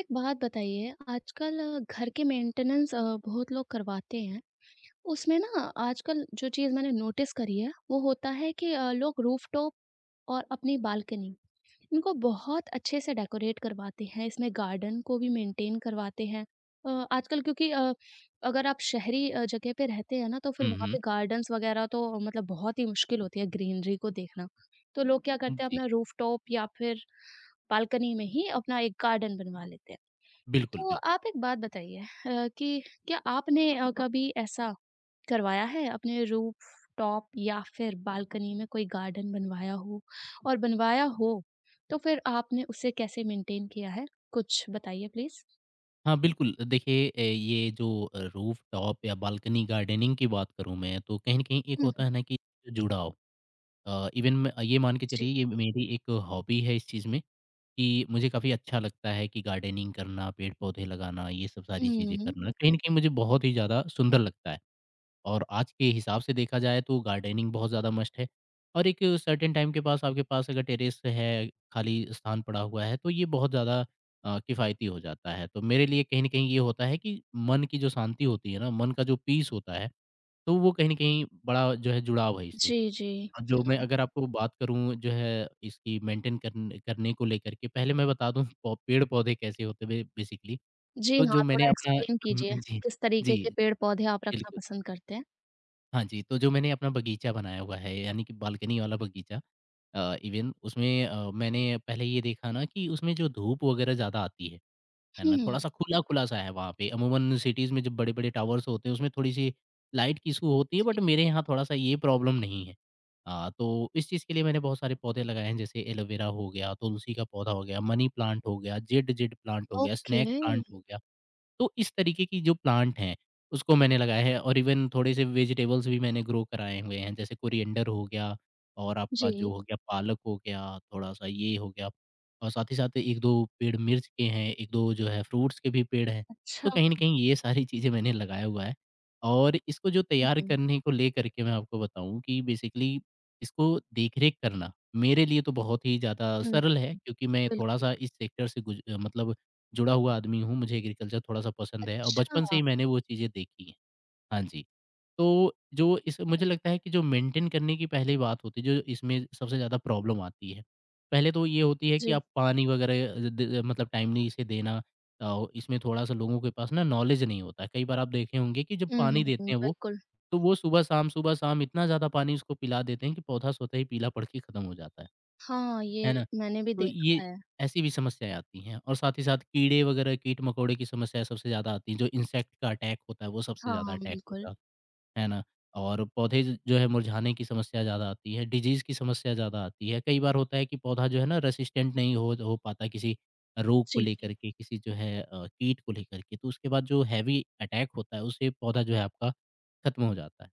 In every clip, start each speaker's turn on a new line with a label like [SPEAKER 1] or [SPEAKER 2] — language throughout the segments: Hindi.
[SPEAKER 1] एक बात बताइए आजकल घर के मेंटेनेंस बहुत लोग करवाते हैं। उसमें ना आजकल जो चीज़ मैंने नोटिस करी है वो होता है कि लोग रूफटॉप और अपनी बालकनी इनको बहुत अच्छे से डेकोरेट करवाते हैं। इसमें गार्डन को भी मेंटेन करवाते हैं। आजकल क्योंकि अगर आप शहरी जगह पे रहते हैं ना, तो फिर
[SPEAKER 2] हुँ,
[SPEAKER 1] वहाँ
[SPEAKER 2] हुँ।
[SPEAKER 1] पे गार्डन्स वगैरह तो मतलब बहुत ही मुश्किल होती है ग्रीनरी को देखना। तो लोग क्या करते हैं,
[SPEAKER 2] जी,
[SPEAKER 1] अपना रूफटॉप या फिर बालकनी में ही अपना एक गार्डन बनवा लेते हैं।
[SPEAKER 2] बिल्कुल,
[SPEAKER 1] तो
[SPEAKER 2] बिल्कुल।
[SPEAKER 1] आप एक बात बताइए कि क्या आपने कभी ऐसा करवाया है अपने रूफ टॉप या फिर बालकनी में कोई गार्डन बनवाया हो, और बनवाया हो तो फिर आपने उसे कैसे मेंटेन किया है? कुछ बताइए प्लीज
[SPEAKER 2] हाँ, बिल्कुल देखिए ये जो रूफ़ टॉप या बालकनी गार्डनिंग की बात करूँ मैं तो कहीं न कहीं एक
[SPEAKER 1] हुँ।
[SPEAKER 2] होता है ना कि जुड़ाव। इवन मैं ये मान के
[SPEAKER 1] जी।
[SPEAKER 2] चलिए ये मेरी एक हॉबी है इस चीज़ में कि मुझे काफ़ी अच्छा लगता है कि गार्डनिंग करना, पेड़-पौधे लगाना, ये सब सारी चीज़ें
[SPEAKER 1] हुँ।
[SPEAKER 2] करना, कहीं न कहीं मुझे बहुत ही ज़्यादा सुंदर लगता है। और आज के हिसाब से देखा जाए तो गार्डनिंग बहुत ज़्यादा मस्ट है और एक सर्टेन टाइम के पास आपके पास अगर टेरेस है, खाली स्थान पड़ा हुआ है, तो ये बहुत ज़्यादा किफ़ायती हो जाता है। तो मेरे लिए कहीं न कहीं ये होता है कि मन की जो शांति होती है ना, मन का जो पीस होता है, तो वो कहीं न कहीं बड़ा जो है जुड़ाव है इससे।
[SPEAKER 1] जी जी।
[SPEAKER 2] हाँ तो जी। मैं अगर आपको बात करूँ जो है इसकी मेंटेन करने को लेकर के, पहले मैं बता दूँ पौ पेड़-पौधे कैसे होते हैं बे बेसिकली,
[SPEAKER 1] जी
[SPEAKER 2] तो
[SPEAKER 1] हाँ,
[SPEAKER 2] जो मैंने
[SPEAKER 1] थोड़ा
[SPEAKER 2] अपना
[SPEAKER 1] एक्सप्लेन
[SPEAKER 2] हुँ,
[SPEAKER 1] कीजिए।
[SPEAKER 2] जी।
[SPEAKER 1] किस तरीके के
[SPEAKER 2] जी,
[SPEAKER 1] पेड़ पौधे आप रखना
[SPEAKER 2] बिल्कुल।
[SPEAKER 1] पसंद करते हैं?
[SPEAKER 2] हाँ जी, तो जो मैंने अपना बगीचा बनाया हुआ है, यानी कि बालकनी वाला बगीचा। इवन उसमें मैंने पहले ये देखा ना कि उसमें जो धूप वगैरह ज़्यादा आती है ना?
[SPEAKER 1] हुँ।
[SPEAKER 2] थोड़ा-सा खुला-खुला सा है वहाँ पे। अमूमन सिटीज़ में जो बड़े-बड़े टावर्स होते हैं, उसमें थोड़ी-सी लाइट की इश्यू होती है,
[SPEAKER 1] जी।
[SPEAKER 2] बट मेरे यहाँ थोड़ा-सा ये प्रॉब्लम नहीं है। तो इस चीज़ के लिए मैंने बहुत सारे पौधे लगाए हैं, जैसे एलोवेरा हो गया, तुलसी का पौधा हो गया, मनी प्लांट हो गया, जेड जेड प्लांट हो गया,
[SPEAKER 1] ओके।
[SPEAKER 2] स्नेक प्लांट हो गया। तो इस तरीके की जो प्लांट हैं, उसको मैंने लगाया है और इवन थोड़े से वेजिटेबल्स भी मैंने ग्रो कराए हुए हैं, जैसे कोरिएंडर हो गया और
[SPEAKER 1] जी।
[SPEAKER 2] आपका जो हो गया पालक हो गया, थोड़ा-सा ये हो गया और साथ ही साथ 1-2 पेड़ मिर्च के हैं, 1-2 जो है फ्रूट्स के भी पेड़ हैं।
[SPEAKER 1] अच्छा।
[SPEAKER 2] तो कहीं न कहीं ये सारी चीज़ें मैंने लगाया हुआ है और इसको जो तैयार
[SPEAKER 1] हुँ,
[SPEAKER 2] करने को लेकर के मैं आपको बताऊँ कि बेसिकली इसको देख-रेख करना मेरे लिए तो बहुत ही ज़्यादा
[SPEAKER 1] हुँ,
[SPEAKER 2] सरल है क्योंकि मैं
[SPEAKER 1] बिल्कुल।
[SPEAKER 2] थोड़ा-सा इस सेक्टर से गुज मतलब जुड़ा हुआ आदमी हूँ, मुझे एग्रीकल्चर थोड़ा-सा पसंद है और
[SPEAKER 1] अच्छा।
[SPEAKER 2] बचपन से ही मैंने वो चीज़ें देखी हैं। हाँ जी, तो जो इस मुझे लगता है कि जो मेंटेन करने की पहली बात होती है, जो इसमें सबसे ज़्यादा प्रॉब्लम आती है, पहले तो ये होती है कि
[SPEAKER 1] जी।
[SPEAKER 2] आप पानी वगैरह द द मतलब टाइमली इसे देना। इसमें थोड़ा-सा लोगों के पास ना नॉलेज नहीं होता है। कई बार आप देखे होंगे कि जब
[SPEAKER 1] हुँ,
[SPEAKER 2] पानी देते हैं वो,
[SPEAKER 1] बिल्कुल।
[SPEAKER 2] तो वो सुबह-शाम, सुबह-शाम इतना ज़्यादा पानी उसको पिला देते हैं कि पौधा स्वतः ही पीला पड़ के खत्म हो जाता है।
[SPEAKER 1] हाँ, ये
[SPEAKER 2] है ना?
[SPEAKER 1] मैंने भी
[SPEAKER 2] तो
[SPEAKER 1] देखा
[SPEAKER 2] ये
[SPEAKER 1] है।
[SPEAKER 2] ऐसी भी समस्याएँ आती हैं और साथ ही साथ कीड़े वगैरह, कीट-मकोड़े की समस्या सबसे ज़्यादा आती है, जो इंसेक्ट का अटैक होता है, वो सबसे ज़्यादा
[SPEAKER 1] हाँ,
[SPEAKER 2] अटैक
[SPEAKER 1] बिल्कुल।
[SPEAKER 2] होता है। है ना? और पौधे ज जो है मुरझाने की समस्या ज़्यादा आती है, डिजीज़ की समस्या ज़्यादा आती है। कई बार होता है कि पौधा जो है ना रेसिस्टेंट नहीं हो पाता किसी रोग को
[SPEAKER 1] जी, जी।
[SPEAKER 2] लेकर के, किसी जो है कीट को लेकर के, तो उसके बाद जो हैवी अटैक होता है, उससे पौधा जो है आपका खत्म हो जाता है।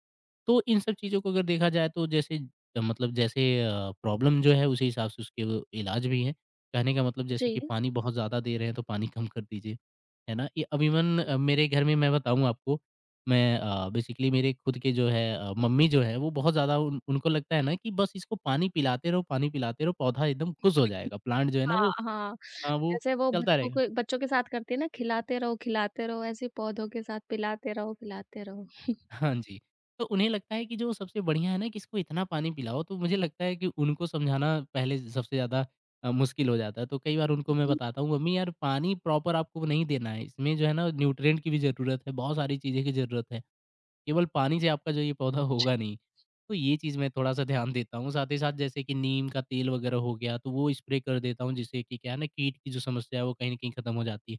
[SPEAKER 2] तो इन सब चीज़ों को अगर देखा जाए तो जैसे अ, मतलब जैसे अ, प्रॉब्लम जो है उसी हिसाब से उसके वो इलाज भी हैं। कहने का मतलब जैसे कि पानी बहुत ज़्यादा दे रहे हैं तो पानी कम कर दीजिए, है ना? ये अभी इवन मेरे घर में मैं बताऊँ आपको। मैं बेसिकली मेरे खुद के जो है मम्मी जो है वो बहुत ज़्यादा उन उनको लगता है ना कि बस इसको पानी पिलाते रहो, पौधा एकदम खुश हो जाएगा, प्लांट जो है ना
[SPEAKER 1] हाँ,
[SPEAKER 2] वो
[SPEAKER 1] हाँ।
[SPEAKER 2] वो
[SPEAKER 1] जैसे वो
[SPEAKER 2] चलता
[SPEAKER 1] बच्चों
[SPEAKER 2] रहेगा।
[SPEAKER 1] को बच्चों के साथ करती है ना, खिलाते रहो, ऐसे ही पौधों के साथ पिलाते रहो, पिलाते रहो।
[SPEAKER 2] हाँ जी, तो उन्हें लगता है कि जो सबसे बढ़िया है ना कि इसको इतना पानी पिलाओ, तो मुझे लगता है कि उनको समझाना पहले सबसे ज़्यादा मुश्किल हो जाता है। तो कई बार उनको मैं
[SPEAKER 1] हुँ।
[SPEAKER 2] बताता हूँ, "मम्मी यार पानी प्रॉपर आपको नहीं देना है, इसमें जो है ना न्यूट्रिएंट की भी ज़रूरत है, बहुत सारी चीज़ें की ज़रूरत है।" केवल पानी से आपका जो ये पौधा
[SPEAKER 1] जी।
[SPEAKER 2] होगा नहीं। तो ये चीज़ मैं थोड़ा-सा ध्यान देता हूँ, साथ ही साथ जैसे कि नीम का तेल वगैरह हो गया, तो वो स्प्रे कर देता हूँ जिससे कि क्या है ना कीट की जो समस्या है वो कहीं न कहीं खत्म हो जाती है।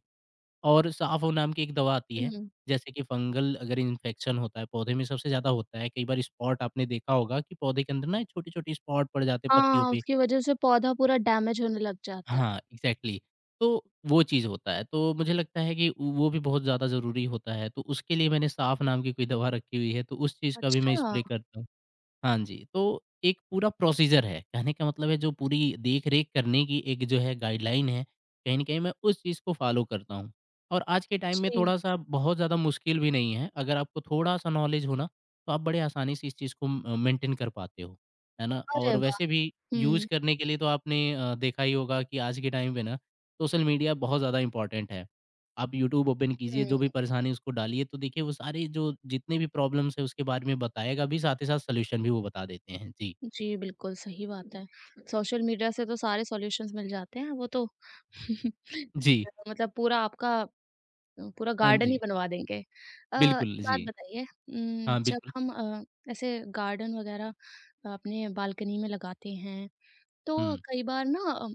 [SPEAKER 2] और साफो नाम की एक दवा आती है,
[SPEAKER 1] हुँ।
[SPEAKER 2] जैसे कि फंगल अगर इन्फेक्शन होता है, पौधे में सबसे ज़्यादा होता है, कई बार स्पॉट आपने देखा होगा कि पौधे के अंदर ना छोटे-छोटे स्पॉट पड़ जाते हैं पत्तियों
[SPEAKER 1] हाँ,
[SPEAKER 2] पे।
[SPEAKER 1] उसकी वजह से पौधा पूरा डैमेज होने लग जाता है।
[SPEAKER 2] हाँ, एग्ज़ैक्टली तो वो चीज़ होता है, तो मुझे लगता है कि वो भी बहुत ज़्यादा ज़रूरी होता है, तो उसके लिए मैंने साफ नाम की कोई दवा रखी हुई है, तो उस चीज़ का भी मैं
[SPEAKER 1] अच्छा!
[SPEAKER 2] स्प्रे करता हूँ। हाँ जी, तो एक पूरा प्रोसीजर है। कहने का मतलब है जो पूरी देख-रेख करने की एक जो है गाइडलाइन है, कहीं न कहीं मैं उस चीज़ को फ़ॉलो करता हूँ। और आज के टाइम में
[SPEAKER 1] जी।
[SPEAKER 2] थोड़ा-सा बहुत ज़्यादा मुश्किल भी नहीं है। अगर आपको थोड़ा-सा नॉलेज हो ना, तो आप बड़े आसानी से इस चीज़ को मेंटेन कर पाते हो। है ना?
[SPEAKER 1] अरे
[SPEAKER 2] और
[SPEAKER 1] वाह!
[SPEAKER 2] वैसे भी यूज़
[SPEAKER 1] हुँ,
[SPEAKER 2] करने के लिए तो आपने देखा ही होगा कि आज के टाइम पे ना सोशल मीडिया बहुत ज़्यादा इम्पोर्टेंट है। आप यूट्यूब ओपन कीजिए, जो भी
[SPEAKER 1] हुँ।
[SPEAKER 2] परेशानी उसको डालिए, तो देखिए वो सारे जो जितने भी प्रॉब्लम्स हैं उसके बारे में बताएगा भी, साथ ही साथ सॉल्यूशन भी वो बता देते हैं। जी।
[SPEAKER 1] जी, बिल्कुल सही बात है। सोशल मीडिया से तो सारे सॉल्यूशंस मिल जाते हैं, वो तो
[SPEAKER 2] जी।
[SPEAKER 1] मतलब पूरा आपका पूरा
[SPEAKER 2] हाँ
[SPEAKER 1] गार्डन ही
[SPEAKER 2] जी।
[SPEAKER 1] बनवा देंगे। एक
[SPEAKER 2] बिल्कुल,
[SPEAKER 1] बात
[SPEAKER 2] जी।
[SPEAKER 1] बताइए
[SPEAKER 2] हाँ,
[SPEAKER 1] जब
[SPEAKER 2] बिल्कुल।
[SPEAKER 1] हम ऐसे गार्डन वगैरह अपने बालकनी में लगाते हैं, तो
[SPEAKER 2] हुँ,
[SPEAKER 1] कई बार ना,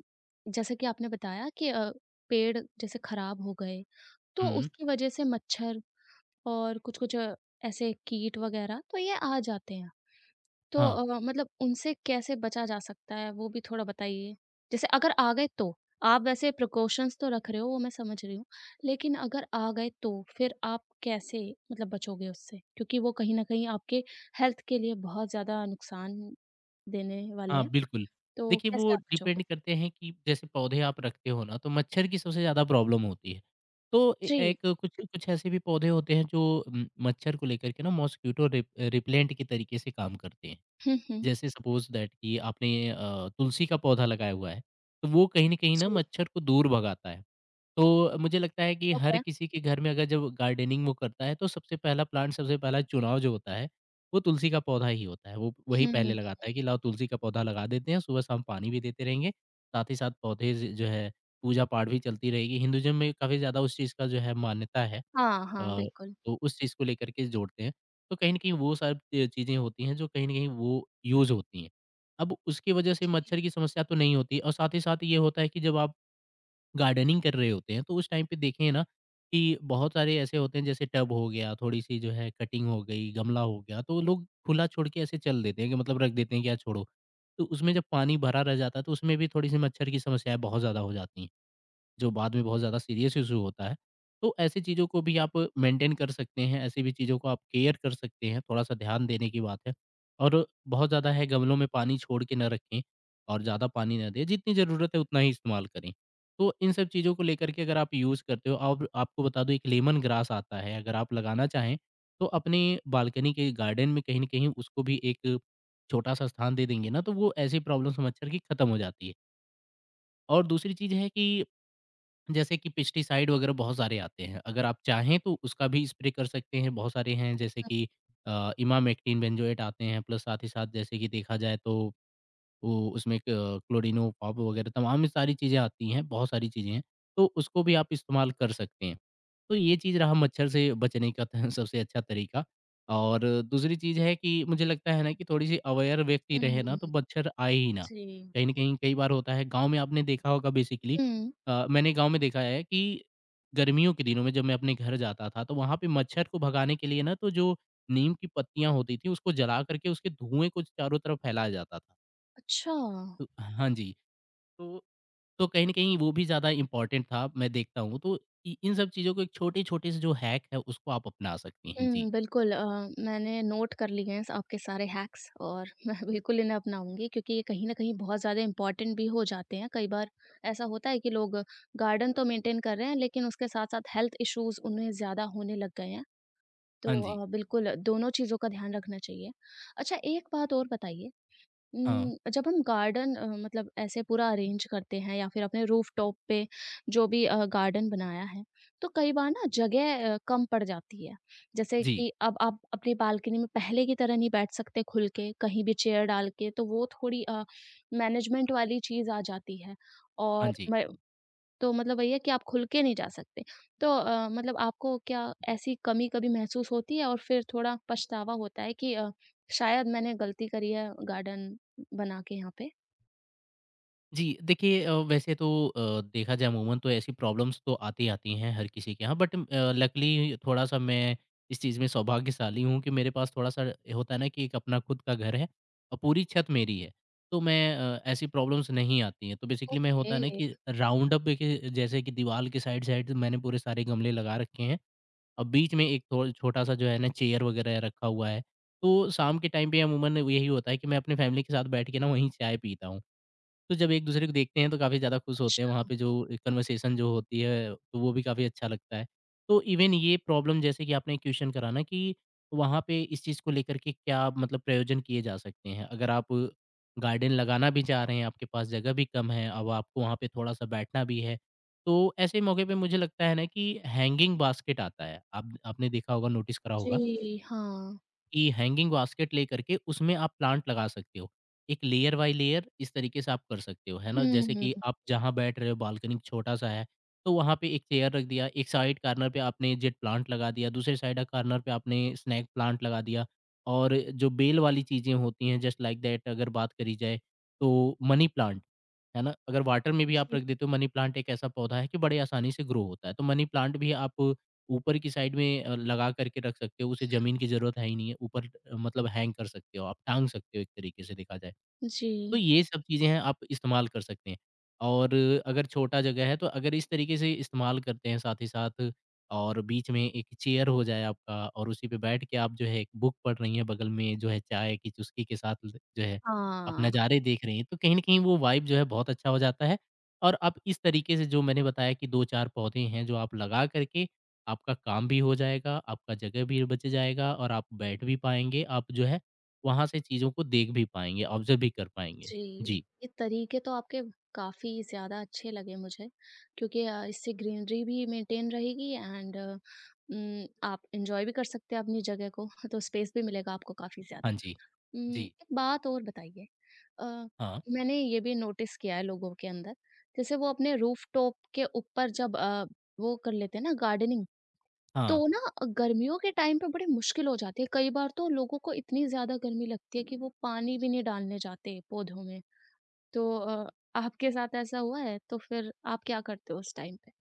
[SPEAKER 1] जैसे कि आपने बताया कि पेड़ जैसे खराब हो गए, तो
[SPEAKER 2] हुँ।
[SPEAKER 1] उसकी वजह से मच्छर और कुछ-कुछ ऐसे कीट वगैरह तो ये आ जाते हैं। तो
[SPEAKER 2] हाँ,
[SPEAKER 1] मतलब उनसे कैसे बचा जा सकता है, वो भी थोड़ा बताइए? जैसे अगर आ गए तो? आप वैसे प्रिकॉशंस तो रख रहे हो, वो मैं समझ रही हूँ। लेकिन अगर आ गए तो फिर आप कैसे मतलब बचोगे उससे? क्योंकि वो कहीं न कहीं आपके हेल्थ के लिए बहुत ज़्यादा नुकसान देने वाले
[SPEAKER 2] हाँ,
[SPEAKER 1] हैं,
[SPEAKER 2] बिल्कुल।
[SPEAKER 1] तो
[SPEAKER 2] देखिए
[SPEAKER 1] कैसे
[SPEAKER 2] वो
[SPEAKER 1] आप बचोगे?
[SPEAKER 2] डिपेंड करते हैं कि जैसे पौधे आप रखते हो ना, तो मच्छर की सबसे ज़्यादा प्रॉब्लम होती है। तो ए
[SPEAKER 1] जी।
[SPEAKER 2] एक कुछ कुछ ऐसे भी पौधे होते हैं जो मच्छर को लेकर के ना मॉस्क्यूटो रिपेलेंट के तरीके से काम करते हैं।
[SPEAKER 1] हुँ, हुँ।
[SPEAKER 2] जैसे सपोज दैट कि आपने तुलसी का पौधा लगाया हुआ है, तो वो कहीं न कहीं ना
[SPEAKER 1] जी।
[SPEAKER 2] मच्छर को दूर भगाता है। तो मुझे लगता है कि हर
[SPEAKER 1] ओके।
[SPEAKER 2] किसी के घर में अगर जब गार्डनिंग वो करता है, तो सबसे पहला प्लांट, सबसे पहला चुनाव जो होता है, वो तुलसी का पौधा ही होता है। वो वही
[SPEAKER 1] हुँ,
[SPEAKER 2] पहले
[SPEAKER 1] हुँ।
[SPEAKER 2] लगाता है कि लाओ तुलसी का पौधा लगा देते हैं, सुबह-शाम पानी भी देते रहेंगे, साथ ही साथ पौधे ज जो है पूजा-पाठ भी चलती रहेगी। हिंदुइज़्म में काफ़ी ज़्यादा उस चीज़ का जो है मान्यता है।
[SPEAKER 1] हाँ, हाँ,
[SPEAKER 2] अ,
[SPEAKER 1] बिल्कुल।
[SPEAKER 2] तो उस चीज़ को लेकर के जोड़ते हैं। तो कहीं न कहीं वो सब च चीज़ें होती हैं जो कहीं न कहीं वो यूज़ होती हैं। अब उसकी वजह से
[SPEAKER 1] जी।
[SPEAKER 2] मच्छर की समस्या तो नहीं होती और साथ ही साथ ये होता है कि जब आप गार्डनिंग कर रहे होते हैं तो उस टाइम पे देखें ना कि बहुत सारे ऐसे होते हैं जैसे टब हो गया, थोड़ी-सी जो है कटिंग हो गई, गमला हो गया, तो लोग खुला छोड़ के ऐसे चल देते हैं कि मतलब रख देते हैं कि यार छोड़ो। तो उसमें जब पानी भरा रह जाता है तो उसमें भी थोड़ी-सी मच्छर की समस्याएँ बहुत ज़्यादा हो जाती हैं। जो बाद में बहुत ज़्यादा सीरियस इश्यू होता है। तो ऐसी चीज़ों को भी आप मेंटेन कर सकते हैं, ऐसी भी चीज़ों को आप केयर कर सकते हैं, थोड़ा-सा ध्यान देने की बात है। और बहुत ज़्यादा है गमलों में पानी छोड़ के ना रखें और ज़्यादा पानी ना दें, जितनी ज़रूरत है उतना ही इस्तेमाल करें। तो इन सब चीज़ों को लेकर के अगर आप यूज़ करते हो और आपको बता दूँ एक लेमन ग्रास आता है, अगर आप लगाना चाहें तो अपने बालकनी के गार्डन में कहीं न कहीं उसको भी एक छोटा-सा स्थान दे देंगे ना, तो वो ऐसी प्रॉब्लम से मच्छर की खत्म हो जाती है। और दूसरी चीज़ है कि जैसे कि पेस्टिसाइड वगैरह बहुत सारे आते हैं, अगर आप चाहें तो उसका भी स्प्रे कर सकते हैं, बहुत सारे हैं जैसे कि इमामेक्टिन, बेंजोएट आते हैं, प्लस साथ ही साथ जैसे कि देखा जाए तो वो उसमें क क्लोरिनो पॉप वगैरह तमाम ये सारी चीज़ें आती हैं, बहुत सारी चीज़ें हैं, तो उसको भी आप इस्तेमाल कर सकते हैं। तो ये चीज़ रहा मच्छर से बचने का त सबसे अच्छा तरीका। और दूसरी चीज़ है कि मुझे लगता है ना कि थोड़ी-सी अवेयर व्यक्ति रहे ना,
[SPEAKER 1] हुँ।
[SPEAKER 2] तो मच्छर आए ही ना।
[SPEAKER 1] जी।
[SPEAKER 2] कहीं न कहीं कई बार होता है गाँव में आपने देखा होगा बेसिकली
[SPEAKER 1] हुँ।
[SPEAKER 2] मैंने गाँव में देखा है कि गर्मियों के दिनों में जब मैं अपने घर जाता था, तो वहाँ पे मच्छर को भगाने के लिए ना, तो जो नीम की पत्तियाँ होती थीं, उसको जला कर के उसके धुएँ को चारों तरफ फैलाया जाता था।
[SPEAKER 1] अच्छा।
[SPEAKER 2] तो हाँ जी। तो तो कहीं न कहीं वो भी ज़्यादा इम्पोर्टेंट था, मैं देखता हूँ। तो इ इन सब चीज़ों को एक छोटे-छोटे से जो हैक है, उसको आप अपना सकती हैं। जी।
[SPEAKER 1] हुँ, बिल्कुल। मैंने नोट कर लिए हैं आपके सारे हैक्स और मैं बिल्कुल इन्हें अपनाऊँगी, क्योंकि ये कहीं न कहीं बहुत ज़्यादा इम्पोर्टेंट भी हो जाते हैं। कई बार ऐसा होता है कि लोग गार्डन तो मेंटेन कर रहे हैं लेकिन उसके साथ-साथ हेल्थ इश्यूज़ उन्हें ज़्यादा होने लग गए हैं। तो
[SPEAKER 2] हाँ जी।
[SPEAKER 1] बिल्कुल दोनों चीज़ों का ध्यान रखना चाहिए। अच्छा, एक बात और बताइए,
[SPEAKER 2] हाँ।
[SPEAKER 1] जब हम गार्डन मतलब ऐसे पूरा अरेंज करते हैं या फिर अपने रूफटॉप पे जो भी गार्डन बनाया है, तो कई बार ना जगह कम पड़ जाती है। जैसे
[SPEAKER 2] जी।
[SPEAKER 1] कि अब आप अपनी बालकनी में पहले की तरह नहीं बैठ सकते खुल के, कहीं भी चेयर डाल के, तो वो थोड़ी मैनेजमेंट वाली चीज़ आ जाती है।
[SPEAKER 2] हाँ
[SPEAKER 1] और
[SPEAKER 2] जी।
[SPEAKER 1] म तो मतलब वही है कि आप खुल के नहीं जा सकते। तो मतलब आपको क्या ऐसी कमी कभी महसूस होती है और फिर थोड़ा पछतावा होता है कि शायद मैंने गलती करी है गार्डन बना के यहाँ पे?
[SPEAKER 2] जी देखिए, वैसे तो देखा जाए अमूमन तो ऐसी प्रॉब्लम्स तो आती आती हैं हर किसी के यहाँ बट लकली थोड़ा सा मैं इस चीज़ में सौभाग्यशाली हूँ कि मेरे पास थोड़ा सा होता है ना कि एक अपना खुद का घर है और पूरी छत मेरी है। तो मैं ऐसी प्रॉब्लम्स नहीं आती हैं, तो बेसिकली मैं
[SPEAKER 1] ओके।
[SPEAKER 2] होता है ना कि राउंड अप के जैसे कि दीवार के साइड साइड मैंने पूरे सारे गमले लगा रखे हैं और बीच में एक थोड़ा छोटा सा जो है ना चेयर वगैरह रखा हुआ है। तो शाम के टाइम पे अमूमन यही होता है कि मैं अपने फैमिली के साथ बैठ के ना वहीं चाय पीता हूँ। तो जब एक-दूसरे को देखते हैं तो काफ़ी ज़्यादा खुश होते हैं, वहाँ
[SPEAKER 1] अच्छा।
[SPEAKER 2] पे जो एक कन्वर्सेशन जो होती है, तो वो भी काफ़ी अच्छा लगता है। तो इवन ये प्रॉब्लम जैसे कि आपने क्वेश्चन करा ना कि वहाँ पे इस चीज़ को लेकर के क्या मतलब प्रयोजन किए जा सकते हैं? अगर आप गार्डन लगाना भी चाह रहे हैं, आपके पास जगह भी कम है, अब आपको वहाँ पे थोड़ा-सा बैठना भी है, तो ऐसे मौके पे मुझे लगता है ना कि हैंगिंग बास्केट आता है। आप आपने देखा होगा, नोटिस करा
[SPEAKER 1] जी,
[SPEAKER 2] होगा
[SPEAKER 1] हाँ।
[SPEAKER 2] कि हैंगिंग बास्केट लेकर के उसमें आप प्लांट लगा सकते हो। एक लेयर बाय लेयर इस तरीके से आप कर सकते हो, है ना? जैसे
[SPEAKER 1] हुँ।
[SPEAKER 2] कि आप जहाँ बैठ रहे हो बालकनी छोटा-सा है, तो वहाँ पे एक चेयर रख दिया, एक साइड कॉर्नर पे आपने जेट प्लांट लगा दिया, दूसरे साइड कॉर्नर पे आपने स्नैक प्लांट लगा दिया और जो बेल वाली चीज़ें होती हैं जस्ट लाइक दैट अगर बात करी जाए, तो मनी प्लांट, है ना? अगर वाटर में भी आप
[SPEAKER 1] जी,
[SPEAKER 2] रख देते हो, मनी प्लांट एक ऐसा पौधा है कि बड़े आसानी से ग्रो होता है, तो मनी प्लांट भी आप ऊपर की साइड में लगा करके रख सकते हो, उसे ज़मीन की ज़रूरत है ही नहीं है। ऊपर मतलब हैंग कर सकते हो आप, टाँग सकते हो एक तरीके से देखा जाए। तो
[SPEAKER 1] जी।
[SPEAKER 2] ये सब चीज़ें हैं, आप इस्तेमाल कर सकते हैं। और अगर छोटा जगह है तो अगर इस तरीके से इस्तेमाल करते हैं साथ ही साथ और बीच में एक चेयर हो जाए आपका और उसी पे बैठ के आप जो है एक बुक पढ़ रही हैं, बगल में जो है चाय की चुस्की के साथ ल जो है आप
[SPEAKER 1] हाँ,
[SPEAKER 2] नज़ारे देख रही हैं, तो कहीं न कहीं वो वाइब जो है बहुत अच्छा हो जाता है। और आप इस तरीके से जो मैंने बताया कि 2-4 पौधे हैं जो आप लगा कर के आपका काम भी हो जाएगा, आपका जगह भी बच जाएगा और आप बैठ भी पाएँगे। आप जो है वहाँ से चीज़ों को देख भी पाएँगे, ऑब्ज़र्व भी कर पाएँगे।
[SPEAKER 1] जी।
[SPEAKER 2] जी।
[SPEAKER 1] ये तरीके तो आपके काफ़ी ज़्यादा अच्छे लगे मुझे, क्योंकि इससे ग्रीनरी भी मेंटेन रहेगी एंड आप एन्जॉय भी कर सकते हैं अपनी जगह को, तो स्पेस भी मिलेगा आपको काफ़ी ज़्यादा।
[SPEAKER 2] हाँ जी। जी।
[SPEAKER 1] एक बात और बताइए, अ,
[SPEAKER 2] हाँ।
[SPEAKER 1] मैंने ये भी नोटिस किया है लोगों के अंदर, जैसे वो अपने रूफटॉप के ऊपर जब वो कर लेते हैं ना गार्डनिंग, तो
[SPEAKER 2] हाँ।
[SPEAKER 1] ना गर्मियों के टाइम पे बड़ी मुश्किल हो जाती है। कई बार तो लोगों को इतनी ज़्यादा गर्मी लगती है कि वो पानी भी नहीं डालने जाते पौधों में। तो आपके साथ ऐसा हुआ है? तो फिर आप क्या करते हो उस टाइम पे?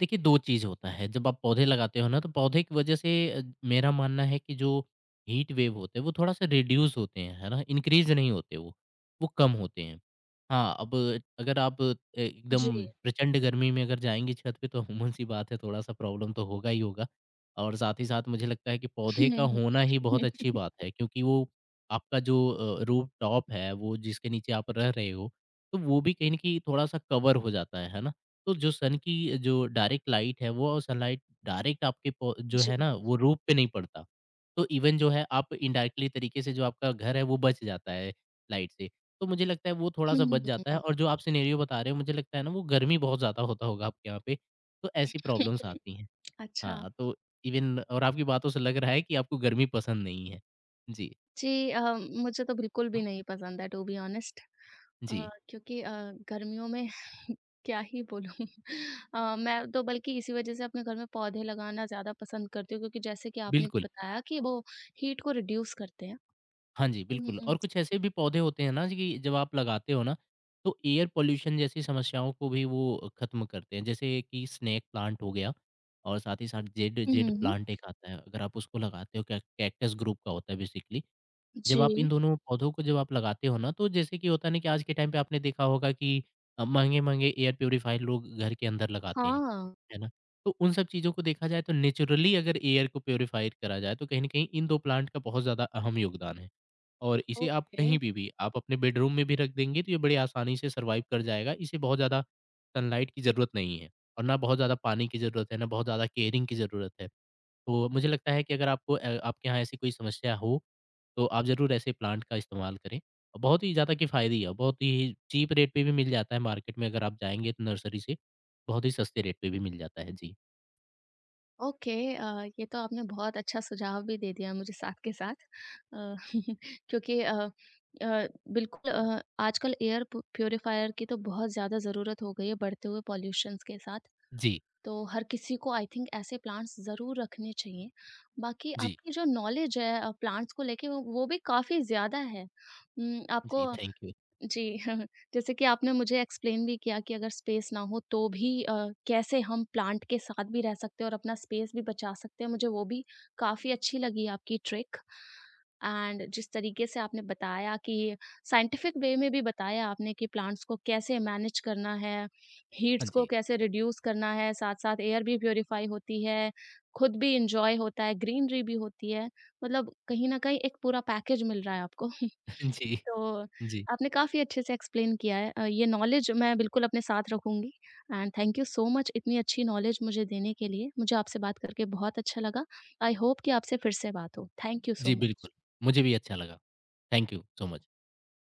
[SPEAKER 2] देखिए, 2 चीज़ होता है। जब आप पौधे लगाते हो ना तो पौधे की वजह से मेरा मानना है कि जो हीट वेव होते हैं वो थोड़ा-सा रिड्यूस होते हैं, है ना? इंक्रीज़ नहीं होते वो कम होते हैं। हाँ, अब अगर आप
[SPEAKER 1] जी।
[SPEAKER 2] एकदम प्रचंड गर्मी में अगर जाएँगे छत पे तो अमूमन सी बात है थोड़ा-सा प्रॉब्लम तो होगा ही होगा और साथ ही साथ मुझे लगता है कि पौधे का होना ही बहुत अच्छी बात है क्योंकि वो आपका जो रूफ टॉप है, वो जिसके नीचे आप रह रहे हो, तो वो भी कहीं न कहीं थोड़ा-सा कवर हो जाता है ना? तो जो सन की जो डायरेक्ट लाइट है वो सनलाइट डायरेक्ट आपके जो
[SPEAKER 1] जी।
[SPEAKER 2] है ना वो रूप पे नहीं पड़ता। तो इवन जो है आप इनडायरेक्टली तरीके से जो आपका घर है वो बच जाता है लाइट से। तो मुझे लगता है वो थोड़ा
[SPEAKER 1] हुँ,
[SPEAKER 2] सा
[SPEAKER 1] हुँ,
[SPEAKER 2] बच
[SPEAKER 1] हुँ,
[SPEAKER 2] जाता है
[SPEAKER 1] हुँ।
[SPEAKER 2] और जो आप सिनेरियो बता रहे हो मुझे लगता है ना वो गर्मी बहुत ज़्यादा होता होगा आपके यहाँ पे, तो ऐसी प्रॉब्लम्स आती हैं।
[SPEAKER 1] अच्छा।
[SPEAKER 2] हाँ, तो इवन और आपकी बातों से लग रहा है कि आपको गर्मी पसंद नहीं है। जी।
[SPEAKER 1] जी। मुझे तो बिल्कुल भी नहीं पसंद है, टू बी ऑनेस्ट। अ,
[SPEAKER 2] जी
[SPEAKER 1] क्योंकि अ, गर्मियों में क्या ही बोलूँ। मैं तो बल्कि इसी वजह से अपने घर में पौधे लगाना ज़्यादा पसंद करती हूँ, क्योंकि जैसे कि आपने
[SPEAKER 2] बिल्कुल।
[SPEAKER 1] बताया कि वो हीट को रिड्यूस करते हैं।
[SPEAKER 2] हाँ जी,
[SPEAKER 1] हुँ,
[SPEAKER 2] बिल्कुल।
[SPEAKER 1] हुँ,
[SPEAKER 2] और कुछ ऐसे भी पौधे होते हैं ना कि जब आप लगाते हो ना, तो एयर पॉल्यूशन जैसी समस्याओं को भी वो ख़त्म करते हैं। जैसे कि स्नेक प्लांट हो गया और साथ ही साथ जेड
[SPEAKER 1] हुँ,
[SPEAKER 2] जेड
[SPEAKER 1] हुँ।
[SPEAKER 2] प्लांट एक आता है, अगर आप उसको लगाते हो कै कैक्टस ग्रुप का होता है बेसिकली। जब आप इन
[SPEAKER 1] जी,
[SPEAKER 2] दोनों पौधों को जब आप लगाते हो ना, तो जैसे कि होता है ना कि आज के टाइम पे आपने देखा होगा कि महँगे-महँगे एयर प्यूरीफायर लोग घर के अंदर लगाते हैं,
[SPEAKER 1] हाँ।
[SPEAKER 2] है ना? तो उन सब चीज़ों को देखा जाए तो नेचुरली अगर एयर को प्यूरीफायर करा जाए, तो कहीं न कहीं इन 2 प्लांट का बहुत ज़्यादा अहम योगदान है। और इसे आप
[SPEAKER 1] ओके।
[SPEAKER 2] कहीं पे भी आप अपने बेडरूम में भी रख देंगे तो ये बड़ी आसानी से सर्वाइव कर जाएगा। इसे बहुत ज़्यादा सनलाइट की ज़रूरत नहीं है और ना बहुत ज़्यादा पानी की ज़रूरत है, ना बहुत ज़्यादा केयरिंग की ज़रूरत है। तो मुझे लगता है कि अगर आपको आपके यहाँ ऐसी कोई समस्या हो, तो आप ज़रूर ऐसे प्लांट का इस्तेमाल करें। और बहुत ही ज़्यादा किफ़ायती है, बहुत ही चीप रेट पे भी मिल जाता है मार्केट में अगर आप जाएँगे तो नर्सरी से, बहुत ही सस्ते रेट पे भी मिल जाता है। जी।
[SPEAKER 1] ओके, ये तो आपने बहुत अच्छा सुझाव भी दे दिया मुझे साथ के साथ, अ, क्योंकि अ, बिल्कुल आजकल एयर प प्यूरीफायर की तो बहुत ज़्यादा ज़रूरत हो गई है बढ़ते हुए पॉल्यूशंस के साथ।
[SPEAKER 2] जी,
[SPEAKER 1] तो हर किसी को आई थिंक ऐसे प्लांट्स ज़रूर रखने चाहिए। बाकी
[SPEAKER 2] जी,
[SPEAKER 1] आपकी जो नॉलेज है प्लांट्स को लेके वो भी काफ़ी ज़्यादा है। आपको
[SPEAKER 2] जी, थैंक यू।
[SPEAKER 1] जी। जैसे कि आपने मुझे एक्सप्लेन भी किया कि अगर स्पेस ना हो तो भी कैसे हम प्लांट के साथ भी रह सकते हैं और अपना स्पेस भी बचा सकते हैं, मुझे वो भी काफ़ी अच्छी लगी आपकी ट्रिक। एंड जिस तरीके से आपने बताया कि साइंटिफिक वे में भी बताया आपने कि प्लांट्स को कैसे मैनेज करना है,
[SPEAKER 2] हाँ
[SPEAKER 1] हीट्स को
[SPEAKER 2] जी।
[SPEAKER 1] कैसे रिड्यूस करना है, साथ-साथ एयर भी प्यूरिफाई होती है, खुद भी एन्जॉय होता है, ग्रीनरी भी होती है। मतलब कहीं न कहीं एक पूरा पैकेज मिल रहा है आपको।
[SPEAKER 2] जी,
[SPEAKER 1] तो
[SPEAKER 2] जी,
[SPEAKER 1] आपने काफ़ी अच्छे से एक्सप्लेन किया है। ये नॉलेज मैं बिल्कुल अपने साथ रखूँगी and thank you so much इतनी अच्छी नॉलेज मुझे देने के लिए। मुझे आपसे बात करके बहुत अच्छा लगा। आई होप कि आपसे फिर से बात हो। थैंक यू सो
[SPEAKER 2] जी,
[SPEAKER 1] मच।
[SPEAKER 2] बिल्कुल। मुझे भी अच्छा लगा। Thank you so much.